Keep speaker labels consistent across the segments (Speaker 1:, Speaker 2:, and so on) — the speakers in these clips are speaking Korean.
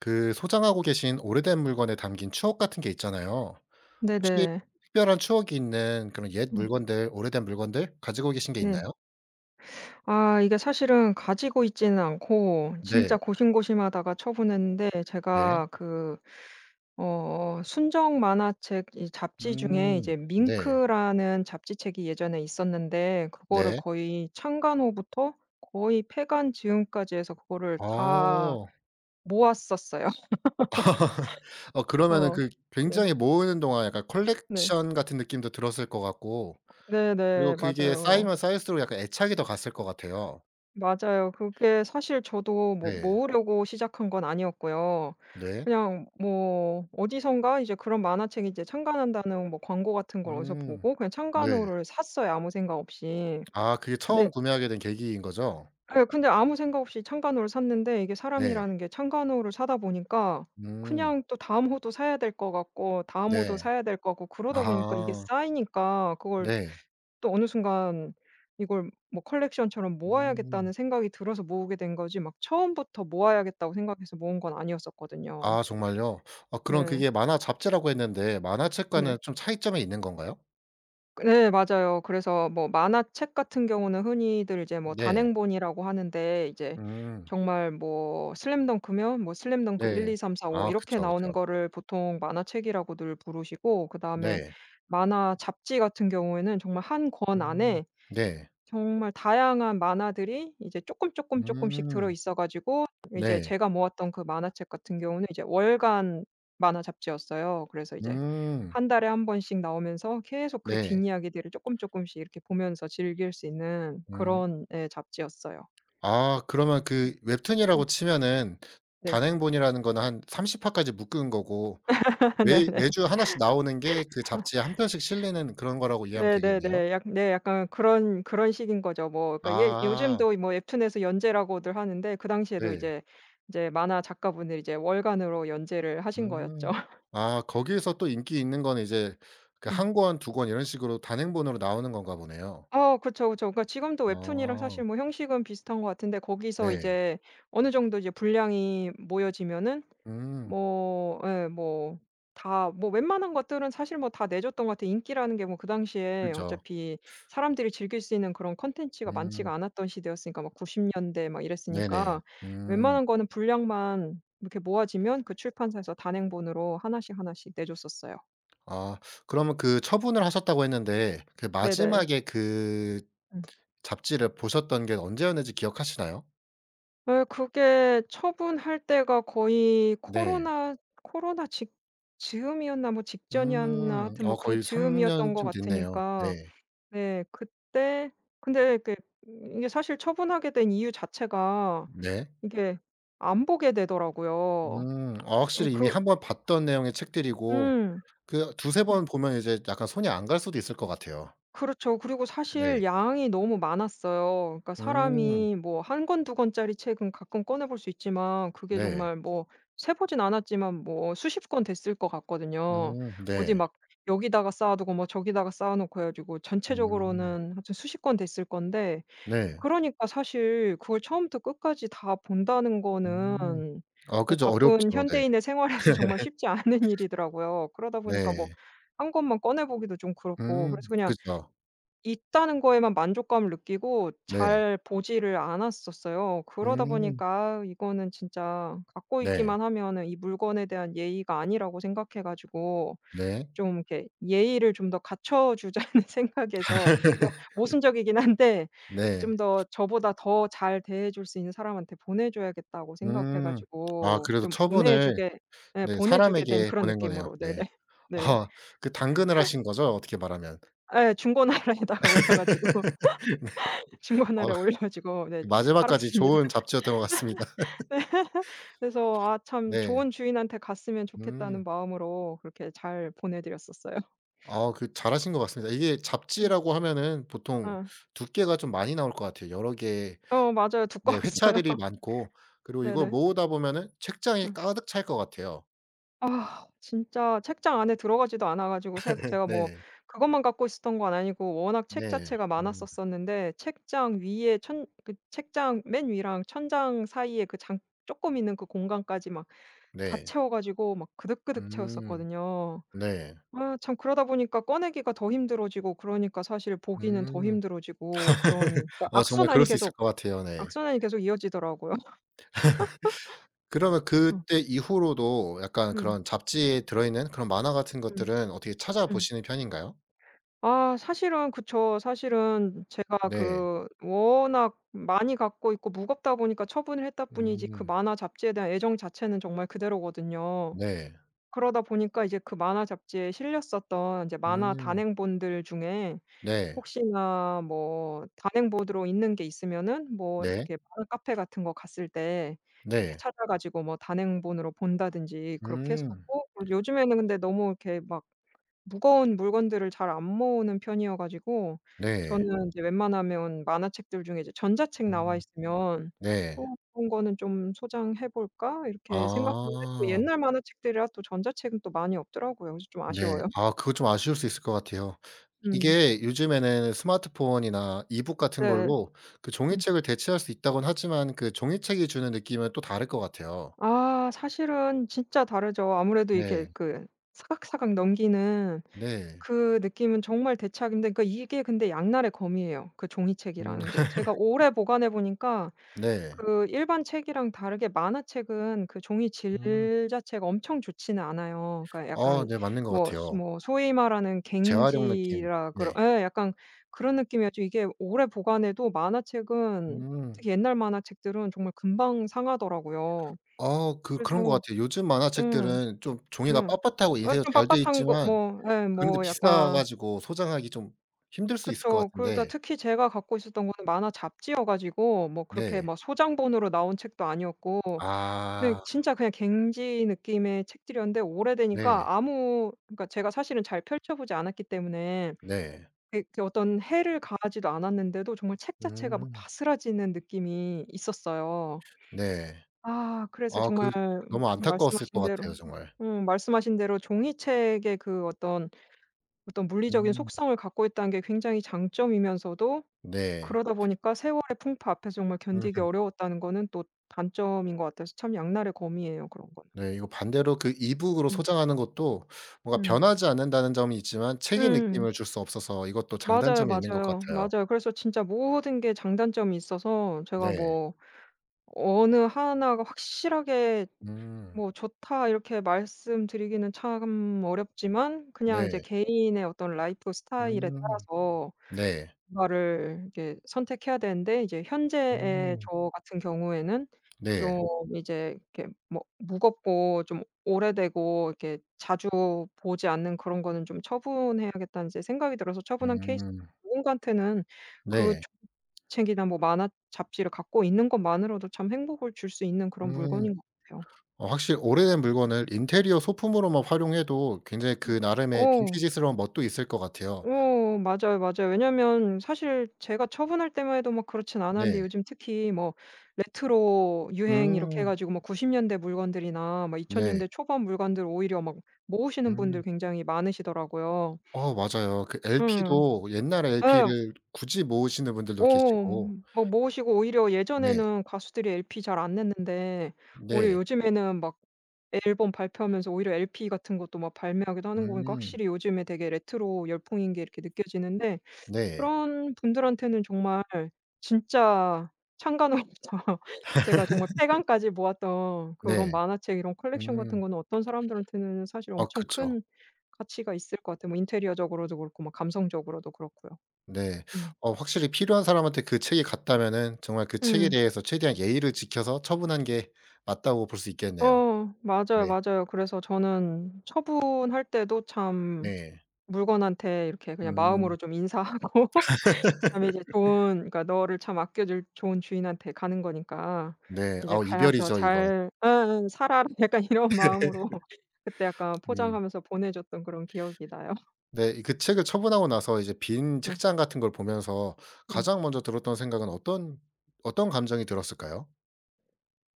Speaker 1: 그 소장하고 계신 오래된 물건에 담긴 추억 같은 게 있잖아요. 혹시
Speaker 2: 네네.
Speaker 1: 특별한 추억이 있는 그런 옛
Speaker 2: 음.
Speaker 1: 물건들, 오래된 물건들 가지고 계신 게
Speaker 2: 네.
Speaker 1: 있나요?
Speaker 2: 아 이게 사실은 가지고 있지는 않고
Speaker 1: 네.
Speaker 2: 진짜 고심고심하다가 처분했는데
Speaker 1: 네.
Speaker 2: 제가 그 순정 만화책 이 잡지 중에
Speaker 1: 음.
Speaker 2: 이제
Speaker 1: 네.
Speaker 2: 밍크라는 잡지책이 예전에 있었는데 그거를
Speaker 1: 네.
Speaker 2: 거의 창간 후부터 거의 폐간 지까지 해서 그거를 다
Speaker 1: 어.
Speaker 2: 모았었어요.
Speaker 1: 어 그러면은
Speaker 2: 어.
Speaker 1: 그
Speaker 2: 네.
Speaker 1: 굉장히 모으는 동안 약간
Speaker 2: 네.
Speaker 1: 컬렉션 같은 느낌도 들었을 것 같고 그리고
Speaker 2: 네네.
Speaker 1: 그게
Speaker 2: 맞아요.
Speaker 1: 쌓이면 쌓일수록 약간 애착이 더 갔을 것 같아요.
Speaker 2: 맞아요. 그게 사실 저도 뭐
Speaker 1: 네.
Speaker 2: 모으려고 시작한 건 아니었고요.
Speaker 1: 네.
Speaker 2: 그냥 뭐 어디선가 이제 그런 만화책이 이제 창간한다는 뭐 광고 같은 걸 어디서
Speaker 1: 음.
Speaker 2: 보고 그냥
Speaker 1: 네.
Speaker 2: 창간호를 샀어요, 아무 생각 없이.
Speaker 1: 아 그게
Speaker 2: 근데
Speaker 1: 처음 구매하게 된 계기인 거죠?
Speaker 2: 예. 근데 아무 생각 없이 창간호를 샀는데 이게
Speaker 1: 네.
Speaker 2: 사람이라는 게 창간호를 사다 보니까
Speaker 1: 음.
Speaker 2: 그냥 또 다음 호도 사야 될 것 같고 다음
Speaker 1: 네.
Speaker 2: 호도
Speaker 1: 네.
Speaker 2: 사야 될 거고 그러다 보니까 이게
Speaker 1: 아하.
Speaker 2: 쌓이니까 그걸
Speaker 1: 네.
Speaker 2: 또 어느 순간 이걸 뭐 '컬렉션처럼 모아야겠다.'는
Speaker 1: 음.
Speaker 2: 생각이 들어서 모으게 된 거지 막 처음부터 모아야겠다고 생각해서 모은 건 아니었었거든요.
Speaker 1: 아 정말요? 아 그럼
Speaker 2: 네.
Speaker 1: 그게 만화 잡지라고 했는데 만화책과는
Speaker 2: 네.
Speaker 1: 좀 차이점이 있는 건가요?
Speaker 2: 네, 맞아요. 그래서 뭐 만화책 같은 경우는 흔히들 이제 뭐
Speaker 1: 네.
Speaker 2: 단행본이라고 하는데, 이제
Speaker 1: 음.
Speaker 2: 정말 뭐 슬램덩크면 뭐 슬램덩크 1,
Speaker 1: 네.
Speaker 2: 2, 3, 4, 5
Speaker 1: 아
Speaker 2: 이렇게
Speaker 1: 그쵸, 그쵸.
Speaker 2: 나오는 거를 보통 만화책이라고들 부르시고, 그다음에
Speaker 1: 네.
Speaker 2: 만화 잡지 같은 경우에는 정말 한 권
Speaker 1: 음.
Speaker 2: 안에
Speaker 1: 네.
Speaker 2: 정말 다양한 만화들이 이제 쪼끔 쪼끔 쪼끔씩 들어
Speaker 1: 음.
Speaker 2: 있어 가지고, 이제
Speaker 1: 네.
Speaker 2: 제가 모았던 그 만화책 같은 경우는 이제 월간 만화 잡지였어요. 그래서 이제
Speaker 1: 음.
Speaker 2: 한 달에 한 번씩 나오면서 계속 그
Speaker 1: 네.
Speaker 2: 뒷이야기들을 쪼끔 쪼끔씩 이렇게 보면서 즐길 수 있는
Speaker 1: 음.
Speaker 2: 그런 예 잡지였어요.
Speaker 1: 아 그러면 그
Speaker 2: 음.
Speaker 1: 웹툰이라고 치면은
Speaker 2: 네.
Speaker 1: 단행본이라는 거는 한 30 화까지 묶은 거고
Speaker 2: 네네.
Speaker 1: 매 매주 하나씩 나오는 게 그 잡지에 한 편씩 실리는 그런 거라고 이해하면 되겠네요.
Speaker 2: 네네네. 약 네 약간 그런 식인 거죠. 뭐 그러니까 예
Speaker 1: 아.
Speaker 2: 요즘도 뭐 웹툰에서 연재라고들 하는데, 그 당시에도
Speaker 1: 네.
Speaker 2: 이제, 이제 만화 작가분들이 이제 월간으로 연재를 하신 거였죠.
Speaker 1: 음. 아 거기에서 또 인기 있는 건 이제 그
Speaker 2: 음.
Speaker 1: 한 권, 두 권 이런 식으로 단행본으로 나오는 건가 보네요.
Speaker 2: 어 그쵸, 그쵸. 그러니까 지금도 웹툰이랑
Speaker 1: 아
Speaker 2: 사실 뭐 형식은 비슷한 것 같은데 거기서
Speaker 1: 네.
Speaker 2: 이제 어느 정도 이제 분량이 모여지면은
Speaker 1: 음
Speaker 2: 뭐 예 뭐 다 뭐 웬만한 것들은 사실 뭐 다 내줬던 것 같아요. 인기라는 게 뭐 그 당시에
Speaker 1: 그죠.
Speaker 2: 어차피 사람들이 즐길 수 있는 그런 콘텐츠가
Speaker 1: 음
Speaker 2: 많지가 않았던 시대였으니까 막 90 년대 막
Speaker 1: 네네.
Speaker 2: 이랬으니까
Speaker 1: 음.
Speaker 2: 웬만한 거는 분량만 이렇게 모아지면 그 출판사에서 단행본으로 하나씩 하나씩 내줬었어요.
Speaker 1: 아 그러면 그 처분을 하셨다고 했는데 그
Speaker 2: 네네.
Speaker 1: 마지막에 그 잡지를 보셨던 게 언제였는지 기억하시나요?
Speaker 2: 예, 그게 처분할 때가 거의
Speaker 1: 네.
Speaker 2: 코로나 코로나 직 즈음이었나 뭐 직전이었나
Speaker 1: 음.
Speaker 2: 하여튼 뭐
Speaker 1: 어
Speaker 2: 그
Speaker 1: 거의 3
Speaker 2: 즈음이었던 것
Speaker 1: 년쯤 됐네요. 네.
Speaker 2: 같으니까. 네 그때 근데 이게 이게 사실 처분하게 된 이유 자체가
Speaker 1: 네.
Speaker 2: 이게 안 보게 되더라고요.
Speaker 1: 음. 아
Speaker 2: 어
Speaker 1: 확실히 이미
Speaker 2: 그
Speaker 1: 한 번 봤던 내용의 책들이고
Speaker 2: 음.
Speaker 1: 그 두세 번 보면 이제 약간 손이 안 갈 수도 있을 것 같아요.
Speaker 2: 그렇죠. 그리고
Speaker 1: 네.
Speaker 2: 사실 양이 너무 많았어요. 그러니까
Speaker 1: 음.
Speaker 2: 사람이 뭐 한 권 두 권짜리 책은 가끔 꺼내 볼 수 있지만 그게
Speaker 1: 네.
Speaker 2: 정말 뭐 세 보진 않았지만 뭐 수십 권 됐을 것 같거든요. 어디
Speaker 1: 네.
Speaker 2: 막 여기다가 쌓아 두고 뭐 저기다가 쌓아 놓고 해 가지고
Speaker 1: 음.
Speaker 2: 전체적으로는 하여튼 수십 권 됐을 건데,
Speaker 1: 네.
Speaker 2: 그러니까 사실 그걸 처음부터 끝까지 다 본다는 거는
Speaker 1: 음. 아
Speaker 2: 뭐
Speaker 1: 그죠.
Speaker 2: 바쁜
Speaker 1: 어렵죠. 네.
Speaker 2: 현대인의 생활에서 정말 쉽지 않은 일이더라고요. 그러다 보니까 뭐
Speaker 1: 네.
Speaker 2: 한 권만 꺼내 보기도 좀 그렇고, 그래서 그냥
Speaker 1: 그죠.
Speaker 2: 있다는 거에만 만족감을 느끼고
Speaker 1: 네.
Speaker 2: 잘 보지를 않았었어요. 그러다
Speaker 1: 음.
Speaker 2: 보니까 '아 이거는 진짜 갖고
Speaker 1: 네.
Speaker 2: 있기만 하면은 이 물건에 대한 예의가 아니라.'고 생각해 가지고
Speaker 1: 네.
Speaker 2: 좀 이렇게 예의를 좀 더 갖춰 주자는 생각에서, 이거 모순적이긴 한데
Speaker 1: 네.
Speaker 2: 좀 더 '저보다 더 잘 대해 줄 수 있는 사람한테 보내 줘야겠다.'고 생각해
Speaker 1: 음. 아
Speaker 2: 가지고
Speaker 1: 그래도
Speaker 2: 좀
Speaker 1: 처분을 네
Speaker 2: 보내 주게 된
Speaker 1: 사람에게
Speaker 2: 그런
Speaker 1: 보낸 거네요.
Speaker 2: 느낌으로. 네네.
Speaker 1: 네.
Speaker 2: 네.
Speaker 1: 아 그 당근을 하신 거죠? 어떻게 말하면.
Speaker 2: 예. 중고나라에다가 올려 가지고 친구
Speaker 1: 어
Speaker 2: 하나를 올려주고, 네
Speaker 1: 마지막까지
Speaker 2: 팔았습니다.
Speaker 1: 좋은 잡지였던 것 같습니다.
Speaker 2: 네. 그래서 아 참
Speaker 1: 네.
Speaker 2: 좋은 주인한테 갔으면 좋겠다는
Speaker 1: 음.
Speaker 2: 마음으로 그렇게 잘 보내 드렸었어요.
Speaker 1: 아 그 잘하신 것 같습니다. 이게
Speaker 2: 음.
Speaker 1: 잡지라고 하면은 보통
Speaker 2: 어.
Speaker 1: 두께가 좀 많이 나올 것 같아요. 여러 개의
Speaker 2: 어 맞아요.
Speaker 1: 네
Speaker 2: 두꺼웠어요.
Speaker 1: 회차들이 많고 그리고 이걸
Speaker 2: 네네.
Speaker 1: 모으다 보면은 책장이
Speaker 2: 음.
Speaker 1: 가득 찰 것 같아요.
Speaker 2: 아 진짜 책장 안에 들어가지도 않아 가지고 제가 뭐
Speaker 1: 네.
Speaker 2: 그것만 갖고 있었던 건 아니고 워낙 책
Speaker 1: 네.
Speaker 2: 자체가
Speaker 1: 음
Speaker 2: 많았었었는데 책장 위에 천 그 책장 맨 위랑 천장 사이에 그 장 조금 있는 그 공간까지 막 다
Speaker 1: 네.
Speaker 2: 채워 가지고 막 그득그득
Speaker 1: 음
Speaker 2: 채웠었거든요.
Speaker 1: 네.
Speaker 2: 아 참 그러다 보니까 꺼내기가 더 힘들어지고 그러니까 사실 보기는 더
Speaker 1: 음.
Speaker 2: 힘들어지고 그런 그러니까
Speaker 1: 어 정말 그럴 수 있을 것 같아요. 네.
Speaker 2: 악순환이 계속 이어지더라고요.
Speaker 1: 그러면
Speaker 2: 음.
Speaker 1: 그때 이후로도 약간
Speaker 2: 음.
Speaker 1: 그런 잡지에 들어있는 그런 만화 같은
Speaker 2: 음.
Speaker 1: 것들은 어떻게
Speaker 2: 음.
Speaker 1: 찾아보시는 편인가요?
Speaker 2: 아 사실은 그쵸. 사실은 제가
Speaker 1: 네.
Speaker 2: 그 워낙 많이 갖고 있고 무겁다 보니까 처분을 했다 뿐이지 그
Speaker 1: 음.
Speaker 2: 만화 잡지에 대한 애정 자체는 정말 그대로거든요.
Speaker 1: 네.
Speaker 2: 그러다 보니까 이제 그 만화 잡지에 실렸었던 이제 만화
Speaker 1: 음.
Speaker 2: 단행본들 중에
Speaker 1: 네.
Speaker 2: 혹시나 뭐 단행본으로 있는 게 있으면은 뭐
Speaker 1: 네.
Speaker 2: 이렇게 마을 카페 같은 거 갔을 때 이렇게
Speaker 1: 네.
Speaker 2: 찾아 가지고 뭐 단행본으로 본다든지 그렇게
Speaker 1: 음.
Speaker 2: 했었고, 그리고 요즘에는 근데 너무 이렇게 막 무거운 물건들을 잘 안 모으는 편이어 가지고
Speaker 1: 네.
Speaker 2: 저는 이제 웬만하면 만화책들 중에 이제 전자책 나와
Speaker 1: 음
Speaker 2: 있으면
Speaker 1: 네.
Speaker 2: '어 그런 거는 좀 소장해 볼까?' 이렇게 생각하는데, 또
Speaker 1: 아.
Speaker 2: 옛날 만화책들이라 또 전자책은 또 많이 없더라고요. 그래서 좀
Speaker 1: 네.
Speaker 2: 아쉬워요.
Speaker 1: 아 그거 좀 아쉬울 수 있을 것 같아요.
Speaker 2: 음.
Speaker 1: 이게 요즘에는 스마트폰이나 이북 같은
Speaker 2: 네.
Speaker 1: 걸로 그
Speaker 2: 음.
Speaker 1: 종이책을 대체할 수 있다고는 하지만 그 종이책이 주는 느낌은 또 다를 것 같아요.
Speaker 2: 아 사실은 진짜 다르죠. 아무래도 이게
Speaker 1: 네.
Speaker 2: 그 사각사각 넘기는
Speaker 1: 네.
Speaker 2: 그 느낌은 정말 대체하기 힘든, 그러니까 이게 근데 양날의 검이에요, 그
Speaker 1: 음
Speaker 2: 종이책이라는 게. 제가 오래 보관해 보니까
Speaker 1: 네.
Speaker 2: 그 일반 책이랑 다르게 만화책은 그 종이 질
Speaker 1: 음.
Speaker 2: 자체가 엄청 좋지는 않아요. 그러니까
Speaker 1: 아
Speaker 2: 약간
Speaker 1: 네 맞는 것 같아요.
Speaker 2: 뭐 소위 말하는
Speaker 1: 재활용 느낌.
Speaker 2: 갱지라 그런
Speaker 1: 네.
Speaker 2: 예 약간 그런 느낌이었죠. 이게 오래 보관해도 만화책은
Speaker 1: 음.
Speaker 2: 특히 옛날 만화책들은 정말 금방 상하더라고요.
Speaker 1: 아 그 그런 것
Speaker 2: 그래서
Speaker 1: 같아요. 요즘
Speaker 2: 음.
Speaker 1: 만화책들은 좀 종이가
Speaker 2: 음.
Speaker 1: 빳빳하고
Speaker 2: 어
Speaker 1: 인쇄도
Speaker 2: 좀
Speaker 1: 잘 돼
Speaker 2: 빳빳한 거
Speaker 1: 있지만
Speaker 2: 뭐 예
Speaker 1: 그런데
Speaker 2: 뭐
Speaker 1: 비싸
Speaker 2: 약간
Speaker 1: 가지고 소장하기 좀 힘들 수 있을 것
Speaker 2: 그쵸. 그러다
Speaker 1: 같은데
Speaker 2: 특히 제가 갖고 있었던 거는 만화 잡지여 가지고 뭐 그렇게
Speaker 1: 네.
Speaker 2: 막 소장본으로 나온 책도 아니었고 그냥
Speaker 1: 아
Speaker 2: 진짜 그냥 갱지 느낌의 책들이었는데
Speaker 1: 네.
Speaker 2: 오래되니까 아무 그러니까 제가 사실은 잘 펼쳐 보지 않았기 때문에
Speaker 1: 네.
Speaker 2: 어떤 해를 가하지도 않았는데도 정말 책 자체가 막
Speaker 1: 음
Speaker 2: 바스라지는 느낌이 있었어요.
Speaker 1: 네.
Speaker 2: 아 그래서
Speaker 1: 아 그
Speaker 2: 정말
Speaker 1: 너무 안타까웠을 것
Speaker 2: 말씀하신 대로
Speaker 1: 같아요 정말.
Speaker 2: 말씀하신 대로 종이책의 그 어떤 물리적인
Speaker 1: 음
Speaker 2: 속성을 갖고 있다는 게 굉장히 장점이면서도
Speaker 1: 네.
Speaker 2: 그러다 보니까 세월의 풍파 앞에서 정말 견디기
Speaker 1: 음
Speaker 2: 어려웠다는 거는 또 단점인 것 같아서 참 양날의 검이에요 그런 거는.
Speaker 1: 네 이거 반대로 그 이북으로
Speaker 2: 음.
Speaker 1: 소장하는 것도 뭔가
Speaker 2: 음.
Speaker 1: 변하지 않는다는 점이 있지만 책의
Speaker 2: 음.
Speaker 1: 느낌을 줄 수 없어서 이것도
Speaker 2: 맞아요,
Speaker 1: 장단점이 있는 것
Speaker 2: 맞아요.
Speaker 1: 같아요.
Speaker 2: 맞아요. 그래서 진짜 모든 게 장단점이 있어서 제가
Speaker 1: 네.
Speaker 2: 뭐 어느 하나가 확실하게
Speaker 1: 음
Speaker 2: 뭐 '좋다.' 이렇게 말씀드리기는 참 어렵지만, 그냥 이제
Speaker 1: 네.
Speaker 2: 개인의 어떤 라이프 스타일에
Speaker 1: 음
Speaker 2: 따라서
Speaker 1: 네.
Speaker 2: 뭔가를 이렇게 선택해야 되는데, 이제 현재의
Speaker 1: 음
Speaker 2: 저 같은 경우에는
Speaker 1: 네.
Speaker 2: 좀 이제 이렇게 뭐 무겁고 좀 오래되고 이렇게 자주 보지 않는 그런 거는 좀 '처분해야겠다.'는 이제 생각이 들어서 처분한 케이스.
Speaker 1: 음
Speaker 2: 누군가한테는 그
Speaker 1: 네.
Speaker 2: 책이나 뭐 만화 잡지를 갖고 있는 것만으로도 참 행복을 줄 수 있는 그런
Speaker 1: 음.
Speaker 2: 물건인 것 같아요.
Speaker 1: 어 확실히 오래된 물건을 인테리어 소품으로만 활용해도 굉장히 그 나름의
Speaker 2: 어.
Speaker 1: 빈티지스러운 멋도 있을 것 같아요.
Speaker 2: 어 맞아요, 맞아요. 왜냐면 사실 제가 처분할 때만 해도 막 그렇진
Speaker 1: 네.
Speaker 2: 않았는데 요즘 특히 뭐 레트로 유행 이렇게 해
Speaker 1: 음.
Speaker 2: 가지고 뭐 90 년대 물건들이나 막 2000
Speaker 1: 네.
Speaker 2: 년대 초반 물건들 오히려 막 모으시는
Speaker 1: 음.
Speaker 2: 분들 굉장히 많으시더라고요.
Speaker 1: 어 맞아요. 그
Speaker 2: 응.
Speaker 1: LP도 옛날
Speaker 2: 예.
Speaker 1: LP를 굳이 모으시는 분들도
Speaker 2: 어
Speaker 1: 계시고.
Speaker 2: 막 모으시고 오히려
Speaker 1: 네.
Speaker 2: 예전에는 가수들이 LP 잘 안 냈는데 오히려
Speaker 1: 네.
Speaker 2: 요즘에는 막 앨범 발표하면서 오히려 LP 같은 것도 막 발매하기도 하는 거 보니까
Speaker 1: 음.
Speaker 2: 확실히 요즘에 되게 레트로 열풍인 게 이렇게 느껴지는데,
Speaker 1: 네.
Speaker 2: 그런 분들한테는 정말 진짜 창간호입니다. 제가 정말 폐간까지 모았던 그런
Speaker 1: 네.
Speaker 2: 만화책 이런 컬렉션 같은
Speaker 1: 음.
Speaker 2: 거는 어떤 사람들한테는 사실
Speaker 1: 아
Speaker 2: 엄청
Speaker 1: 그쵸.
Speaker 2: 큰 가치가 있을 것 같아요. 뭐 인테리어적으로도 그렇고 막 감성적으로도 그렇고요.
Speaker 1: 네.
Speaker 2: 음.
Speaker 1: 어 확실히 필요한 사람한테 그 책이 갔다면은 정말 그 책에
Speaker 2: 음.
Speaker 1: 대해서 최대한 예의를 지켜서 처분한 게 맞다고 볼 수 있겠네요.
Speaker 2: 어 맞아요,
Speaker 1: 네.
Speaker 2: 맞아요. 그래서 저는 처분할 때도 참
Speaker 1: 네.
Speaker 2: 물건한테 이렇게 그냥
Speaker 1: 음.
Speaker 2: 마음으로 좀 인사하고 그다음에 이제 좋은, 그러니까 너를 참 아껴줄 좋은 주인한테 가는 거니까
Speaker 1: 네.
Speaker 2: 이제
Speaker 1: 아우
Speaker 2: 가서
Speaker 1: 이별이죠 이건.
Speaker 2: "잘 예예 살아라." 약간 이런 마음으로 그때 약간
Speaker 1: 음.
Speaker 2: 포장하면서 보내줬던 그런 기억이 나요.
Speaker 1: 네. 이 그 책을 처분하고 나서 이제 빈
Speaker 2: 음.
Speaker 1: 책장 같은 걸 보면서
Speaker 2: 음.
Speaker 1: 가장 먼저 들었던 생각은 어떤 어떤 감정이 들었을까요?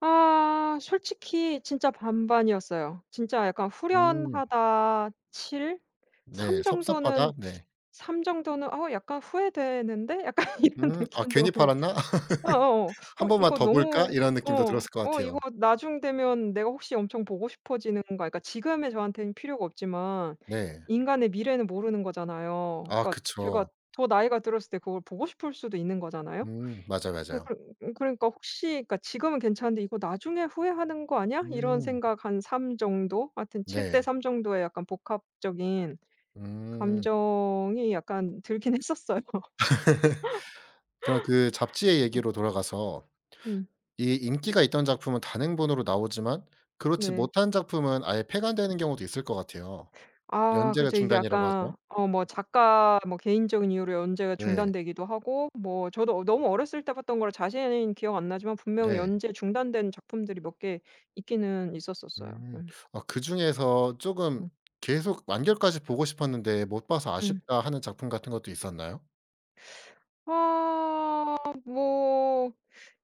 Speaker 2: 아 솔직히 진짜 반반이었어요. 진짜 약간
Speaker 1: 음.
Speaker 2: 후련하다 7,
Speaker 1: 네.
Speaker 2: 3
Speaker 1: '섭섭하다.'
Speaker 2: 정도는
Speaker 1: 네.
Speaker 2: 삼 정도는 '어 약간 후회되는데?' 약간 이런
Speaker 1: 음. '아
Speaker 2: 느낌도.
Speaker 1: 괜히 팔았나? 한 번만
Speaker 2: 이거
Speaker 1: 더 볼까?'
Speaker 2: 너무
Speaker 1: 이런 느낌도 들었을 것
Speaker 2: 이거
Speaker 1: 같아요.
Speaker 2: 나중 되면 내가 혹시 엄청 보고 싶어지는 건가. 그러니까 지금의 저한테는 필요가 없지만
Speaker 1: 네.
Speaker 2: 인간의 미래는 모르는 거잖아요.
Speaker 1: 아
Speaker 2: 그러니까 제가
Speaker 1: 그쵸.
Speaker 2: 더 나이가 들었을 때 그걸 보고 싶을 수도 있는 거잖아요.
Speaker 1: 음. 맞아요, 맞아요.
Speaker 2: 그러니까 혹시 그러니까 지금은 괜찮은데 '이거 나중에 후회하는 거 아니야?' 이런
Speaker 1: 음.
Speaker 2: 생각 한 3 정도, 하여튼
Speaker 1: 네.
Speaker 2: 7:3 정도의 약간 복합적인
Speaker 1: 음.
Speaker 2: 감정이 약간 들긴 했었어요.
Speaker 1: 그럼 그 잡지의 얘기로 돌아가서
Speaker 2: 음.
Speaker 1: 이 인기가 있던 작품은 단행본으로 나오지만 그렇지
Speaker 2: 네.
Speaker 1: 못한 작품은 아예 폐간되는 경우도 있을 것 같아요.
Speaker 2: 아
Speaker 1: 연재가
Speaker 2: 그죠. 이게
Speaker 1: 중단이라고 하죠.
Speaker 2: 약간 어 뭐 작가 뭐 개인적인 이유로 연재가
Speaker 1: 네.
Speaker 2: 중단되기도 하고 뭐 저도 어 너무 어렸을 때 봤던 거라 자세히는 기억 안 나지만 분명히
Speaker 1: 네.
Speaker 2: 연재 중단된 작품들이 몇 개 있기는 있었었어요.
Speaker 1: 음.
Speaker 2: 음.
Speaker 1: 아 그중에서 쪼금
Speaker 2: 음.
Speaker 1: 계속 완결까지 보고 싶었는데 못 봐서
Speaker 2: 음.
Speaker 1: 아쉽다 하는 작품 같은 것도 있었나요?
Speaker 2: 아뭐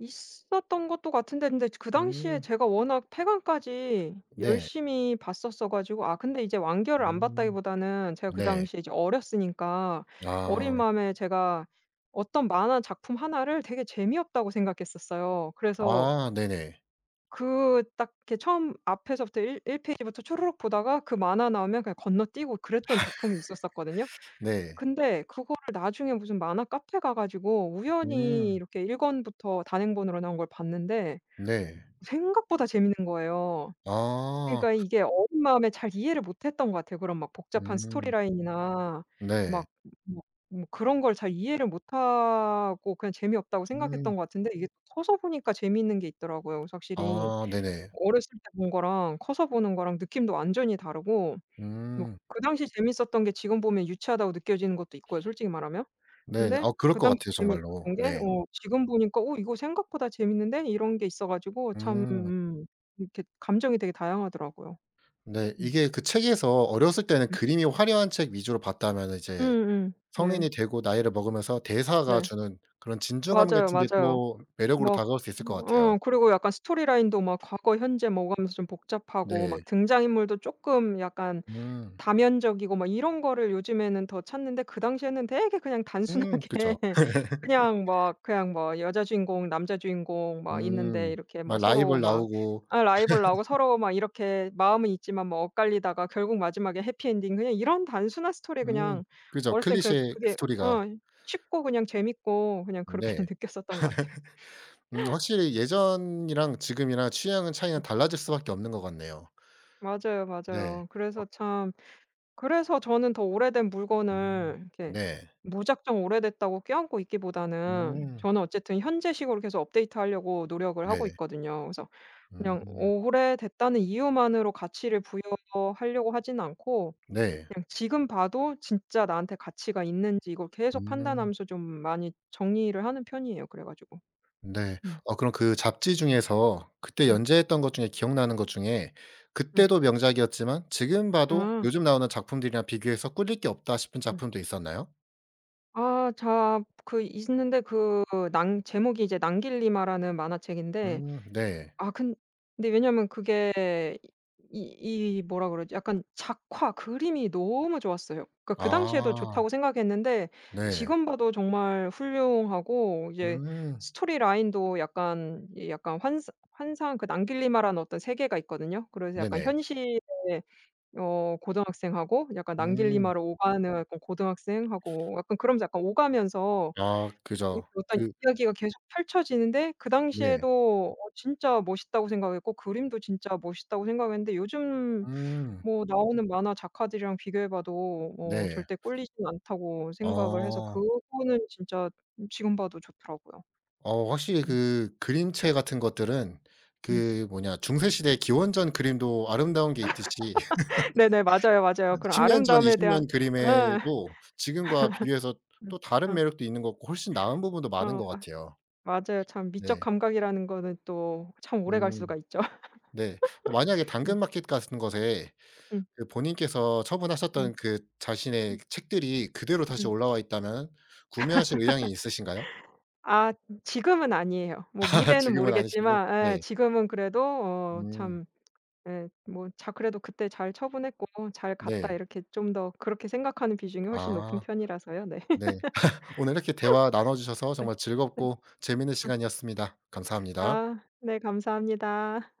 Speaker 2: 있었던 것도 같은데, 근데 그 당시에
Speaker 1: 음.
Speaker 2: 제가 워낙 패관까지
Speaker 1: 네.
Speaker 2: 열심히 봤었어 가지고 아 근데 이제 완결을 안
Speaker 1: 음.
Speaker 2: 봤다기보다는 제가 그
Speaker 1: 네.
Speaker 2: 당시에 이제 어렸으니까
Speaker 1: 아.
Speaker 2: 어린 마음에 제가 어떤 만화 작품 하나를 되게 재미없다고 생각했었어요. 그래서
Speaker 1: 아 네네.
Speaker 2: 그 딱 이렇게 처음 앞에서부터 일 1 페이지부터 초르륵 보다가 그 만화 나오면 그냥 건너뛰고 그랬던 작품이 있었었거든요.
Speaker 1: 네.
Speaker 2: 근데 그거를 나중에 무슨 만화 카페 가 가지고 우연히
Speaker 1: 음.
Speaker 2: 이렇게 1 권부터 단행본으로 나온 걸 봤는데
Speaker 1: 네.
Speaker 2: 생각보다 재밌는 거예요.
Speaker 1: 아.
Speaker 2: 그러니까 이게 어린 마음에 잘 이해를 못 했던 것 같아요. 그런 막 복잡한 스토리
Speaker 1: 음.
Speaker 2: 라인이나
Speaker 1: 네.
Speaker 2: 막 뭐 그런 걸 잘 이해를 못하고 그냥 재미없다고
Speaker 1: 음.
Speaker 2: 생각했던 것 같은데 이게 커서 보니까 재미있는 게 있더라고요. 그래서 확실히
Speaker 1: 아 네네.
Speaker 2: 어렸을 때 본 거랑 커서 보는 거랑 느낌도 완전히 다르고, 뭐
Speaker 1: 음.
Speaker 2: 그 당시 재밌었던 게 지금 보면 유치하다고 느껴지는 것도 있고요, 솔직히 말하면.
Speaker 1: 네.
Speaker 2: 근데
Speaker 1: 아 그럴
Speaker 2: 그
Speaker 1: 것
Speaker 2: 당시
Speaker 1: 같아요 정말로.
Speaker 2: 재미있었던 게
Speaker 1: 네.
Speaker 2: 어 지금 보니까 '어 이거 생각보다 재밌는데?' 이런 게 있어 가지고 참
Speaker 1: 음.
Speaker 2: 이렇게 감정이 되게 다양하더라고요.
Speaker 1: 네.
Speaker 2: 음.
Speaker 1: 이게 그 책에서 어렸을 때는
Speaker 2: 음.
Speaker 1: 그림이 화려한 책 위주로 봤다면은 이제
Speaker 2: 음음. 네.
Speaker 1: 성인이 되고 나이를 먹으면서 대사가
Speaker 2: 네.
Speaker 1: 주는 그런 진중함
Speaker 2: 맞아요,
Speaker 1: 같은 게
Speaker 2: 맞아요.
Speaker 1: 또 매력으로
Speaker 2: 막
Speaker 1: 다가올 수 있을 것 같아요.
Speaker 2: 어 그리고 약간 스토리 라인도 막 과거, 현재 뭐 오가면서 좀 복잡하고
Speaker 1: 네.
Speaker 2: 막 등장인물도 쪼끔 약간
Speaker 1: 음.
Speaker 2: 다면적이고 막 이런 거를 요즘에는 더 찾는데, 그 당시에는 되게 그냥 단순하게
Speaker 1: 그쵸.
Speaker 2: 그냥 막 그냥 뭐 여자 주인공 남자 주인공 막 있는데
Speaker 1: 음.
Speaker 2: 이렇게 뭐
Speaker 1: 막
Speaker 2: 서로
Speaker 1: 라이벌
Speaker 2: 막
Speaker 1: 나오고
Speaker 2: 아 라이벌 나오고 서로 막 이렇게 마음은 있지만 뭐 엇갈리다가 결국 마지막에 해피엔딩 그냥 이런 단순한 스토리
Speaker 1: 음
Speaker 2: 그냥
Speaker 1: 그죠.
Speaker 2: 어렸을 땐그
Speaker 1: 클리셰
Speaker 2: 그게
Speaker 1: 스토리가.
Speaker 2: 어 쉽고 그냥 재밌고 그냥 그렇게
Speaker 1: 네.
Speaker 2: 느꼈었던 것 같아요.
Speaker 1: 확실히 예전이랑 지금이랑 취향은 차이는
Speaker 2: 음.
Speaker 1: 달라질 수밖에 없는 것 같네요.
Speaker 2: 맞아요,
Speaker 1: 네.
Speaker 2: 맞아요. 그래서 참 그래서 저는 더 오래된
Speaker 1: 음.
Speaker 2: 물건을 이렇게
Speaker 1: 네.
Speaker 2: 무작정 오래됐다고 껴안고 있기보다는
Speaker 1: 음.
Speaker 2: 저는 어쨌든 현재식으로 계속 업데이트하려고 노력을 하고
Speaker 1: 네.
Speaker 2: 있거든요. 그래서 그냥
Speaker 1: 음
Speaker 2: 오래됐다는 이유만으로 가치를 부여하려고 하진 않고,
Speaker 1: 네.
Speaker 2: 그냥 지금 봐도 진짜 나한테 가치가 있는지 이걸 계속
Speaker 1: 음
Speaker 2: 판단하면서 좀 많이 정리를 하는 편이에요, 그래 가지고.
Speaker 1: 네.
Speaker 2: 음.
Speaker 1: 어 그럼 그 잡지 중에서 그때
Speaker 2: 음.
Speaker 1: 연재했던 것 중에 기억나는 것 중에
Speaker 2: 네.
Speaker 1: 그때도 명작이었지만 지금 봐도
Speaker 2: 아.
Speaker 1: 요즘 나오는 작품들이랑 비교해서 꿀릴 게 없다 싶은
Speaker 2: 음.
Speaker 1: 작품도 있었나요?
Speaker 2: 아 자 그 있는데 그 낭 제목이 이제 낭길리마라는 만화책인데,
Speaker 1: 네.
Speaker 2: 아 근 근데 왜냐면 그게 이 이 뭐라 그러지? 약간 작화 그림이 너무 좋았어요. 그러니까 그 당시에도 좋다고
Speaker 1: 아
Speaker 2: 생각했는데
Speaker 1: 네.
Speaker 2: 지금 봐도 정말 훌륭하고 이제
Speaker 1: 음
Speaker 2: 스토리 라인도 약간 이 약간 환상 그 낭길리마라는 어떤 세계가 있거든요. 그래서 약간
Speaker 1: 네네.
Speaker 2: 현실의 어 고등학생하고 약간
Speaker 1: 음.
Speaker 2: 낭길리마로 오가는 약간 고등학생하고 약간 그러면서 약간 오가면서
Speaker 1: 아 그죠.
Speaker 2: 이렇게 어떤
Speaker 1: 그
Speaker 2: 이야기가 계속 펼쳐지는데 그
Speaker 1: 네.
Speaker 2: 당시에도 어 진짜 멋있다고 생각했고 그림도 진짜 멋있다고 생각했는데 요즘
Speaker 1: 음
Speaker 2: 뭐 나오는 만화 작가들이랑 비교해 봐도 어
Speaker 1: 네.
Speaker 2: 절대 꿀리지는 않다고 생각을 해서
Speaker 1: 어.
Speaker 2: 그거는 진짜 지금 봐도 좋더라고요.
Speaker 1: 어 확실히
Speaker 2: 음.
Speaker 1: 그 그림체 같은 것들은
Speaker 2: 음.
Speaker 1: 그 뭐냐 중세 시대 기원전 그림도 아름다운 게 있듯이
Speaker 2: 네네. 맞아요, 맞아요. 그런
Speaker 1: 10년 전,
Speaker 2: 아름다움에 대한
Speaker 1: 20년
Speaker 2: 예.
Speaker 1: 그림에도 지금과 비교해서
Speaker 2: 음.
Speaker 1: 또 다른 매력도 있는 것 같고 훨씬 나은 부분도 많은
Speaker 2: 어. 어.
Speaker 1: 것 같아요.
Speaker 2: 맞아요. 참 미적
Speaker 1: 네.
Speaker 2: 감각이라는 거는 또 참 오래 갈
Speaker 1: 음
Speaker 2: 수가 있죠.
Speaker 1: 네. 어, 만약에
Speaker 2: 네.
Speaker 1: 당근마켓 같은 것에
Speaker 2: 음.
Speaker 1: 그 본인께서
Speaker 2: 음.
Speaker 1: 처분하셨던 그 자신의
Speaker 2: 음.
Speaker 1: 책들이 그대로 다시
Speaker 2: 음.
Speaker 1: 올라와 있다면 구매하실 의향이 있으신가요?
Speaker 2: 아 지금은 아니에요. 뭐 미래는
Speaker 1: 지금은 아니시고.
Speaker 2: 모르겠지만, 예
Speaker 1: 네.
Speaker 2: 지금은 그래도 어
Speaker 1: 음
Speaker 2: 참 예 뭐 '자 그래도 그때 잘 처분했고 잘 갔다.'
Speaker 1: 네.
Speaker 2: 이렇게 좀 더 그렇게 생각하는 비중이 훨씬 높은
Speaker 1: 아
Speaker 2: 편이라서요. 네.
Speaker 1: 네. 오늘 이렇게 대화 나눠 주셔서
Speaker 2: 네.
Speaker 1: 정말 즐겁고 재미있는 시간이었습니다. 감사합니다.
Speaker 2: 아 네 감사합니다.